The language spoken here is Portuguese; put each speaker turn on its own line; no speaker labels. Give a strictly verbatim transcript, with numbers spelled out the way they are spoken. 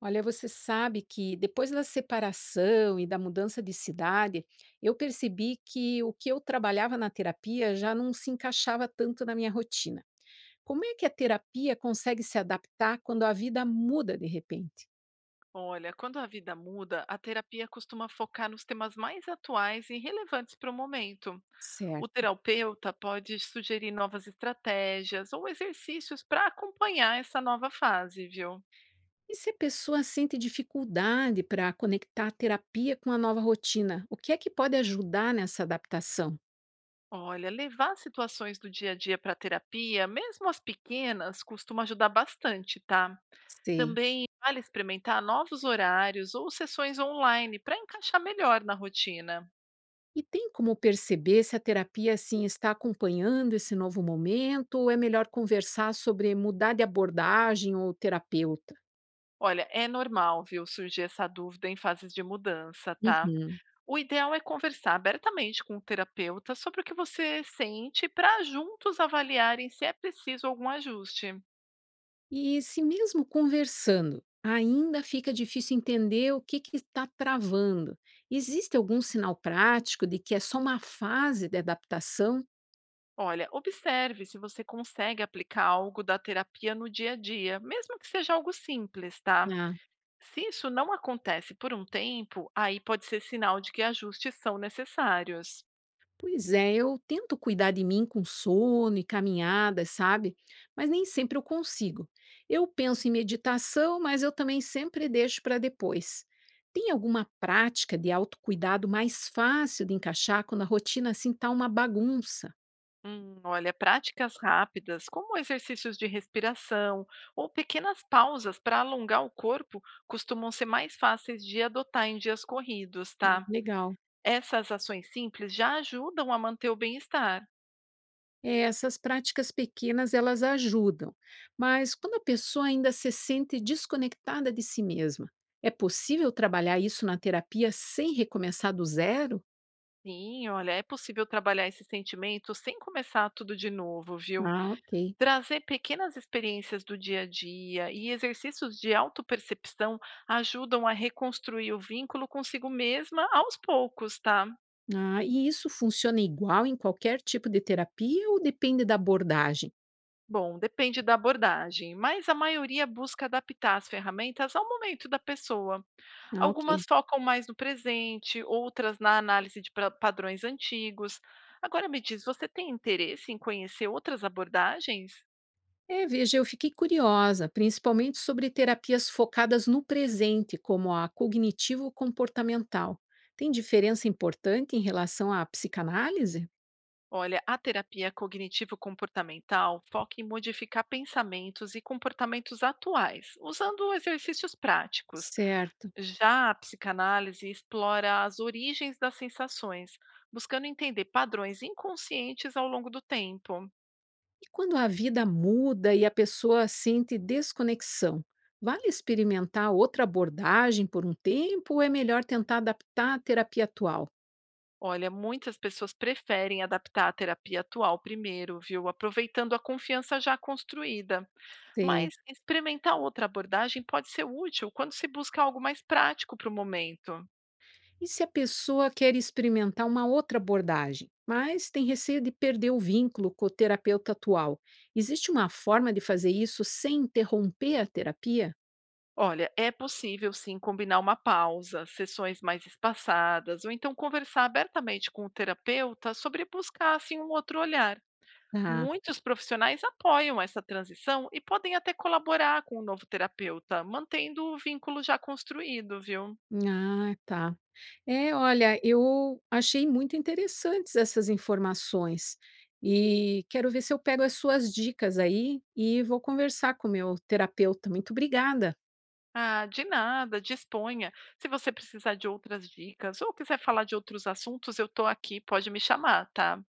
Olha, você sabe que depois da separação e da mudança de cidade, eu percebi que o que eu trabalhava na terapia já não se encaixava tanto na minha rotina. Como é que a terapia consegue se adaptar quando a vida muda de repente?
Olha, quando a vida muda, a terapia costuma focar nos temas mais atuais e relevantes para o momento. O
Certo.
terapeuta pode sugerir novas estratégias ou exercícios para acompanhar essa nova fase, viu?
E se a pessoa sente dificuldade para conectar a terapia com a nova rotina, o que é que pode ajudar nessa adaptação?
Olha, levar situações do dia a dia para terapia, mesmo as pequenas, costuma ajudar bastante, tá?
Sei.
Também vale experimentar novos horários ou sessões online para encaixar melhor na rotina.
E tem como perceber se a terapia assim está acompanhando esse novo momento ou é melhor conversar sobre mudar de abordagem ou terapeuta?
Olha, é normal, viu, surgir essa dúvida em fases de mudança, tá?
Uhum.
O ideal é conversar abertamente com o terapeuta sobre o que você sente para juntos avaliarem se é preciso algum ajuste.
E se mesmo conversando ainda fica difícil entender o que que está travando, existe algum sinal prático de que é só uma fase de adaptação?
Olha, observe se você consegue aplicar algo da terapia no dia a dia, mesmo que seja algo simples, tá? Se isso não acontece por um tempo, aí pode ser sinal de que ajustes são necessários.
Pois é, eu tento cuidar de mim com sono e caminhadas, sabe? Mas nem sempre eu consigo. Eu penso em meditação, mas eu também sempre deixo para depois. Tem alguma prática de autocuidado mais fácil de encaixar quando a rotina assim tá uma bagunça?
Hum, olha, práticas rápidas, como exercícios de respiração ou pequenas pausas para alongar o corpo, costumam ser mais fáceis de adotar em dias corridos,
Ah,
tá?
legal.
Essas ações simples já ajudam a manter o bem-estar.
É, essas práticas pequenas elas ajudam, mas quando a pessoa ainda se sente desconectada de si mesma, é possível trabalhar isso na terapia sem recomeçar do zero?
Sim, olha, é possível trabalhar esse sentimento sem começar tudo de novo, viu?
Ah, ok.
Trazer pequenas experiências do dia a dia e exercícios de autopercepção ajudam a reconstruir o vínculo consigo mesma aos poucos, tá?
Ah, e isso funciona igual em qualquer tipo de terapia ou depende da abordagem?
Bom, depende da abordagem, mas a maioria busca adaptar as ferramentas ao momento da pessoa.
Ah, ok.
Algumas focam mais no presente, outras na análise de pra- padrões antigos. Agora me diz, você tem interesse em conhecer outras abordagens?
É, veja, eu fiquei curiosa, principalmente sobre terapias focadas no presente, como a cognitivo-comportamental. Tem diferença importante em relação à psicanálise?
Olha, a terapia cognitivo-comportamental foca em modificar pensamentos e comportamentos atuais, usando exercícios práticos.
Certo.
Já a psicanálise explora as origens das sensações, buscando entender padrões inconscientes ao longo do tempo.
E quando a vida muda e a pessoa sente desconexão, vale experimentar outra abordagem por um tempo ou é melhor tentar adaptar a terapia atual?
Olha, muitas pessoas preferem adaptar a terapia atual primeiro, viu? Aproveitando a confiança já construída.
Sei.
Mas experimentar outra abordagem pode ser útil quando se busca algo mais prático para o momento.
E se a pessoa quer experimentar uma outra abordagem, mas tem receio de perder o vínculo com o terapeuta atual, existe uma forma de fazer isso sem interromper a terapia?
Olha, é possível sim combinar uma pausa, sessões mais espaçadas, ou então conversar abertamente com o terapeuta sobre buscar assim um outro olhar.
Tá.
Muitos profissionais apoiam essa transição e podem até colaborar com o novo terapeuta, mantendo o vínculo já construído, viu?
Ah, tá. É, olha, eu achei muito interessantes essas informações e quero ver se eu pego as suas dicas aí e vou conversar com o meu terapeuta. Muito obrigada.
Ah, de nada, disponha. Se você precisar de outras dicas ou quiser falar de outros assuntos, eu estou aqui, pode me chamar, tá?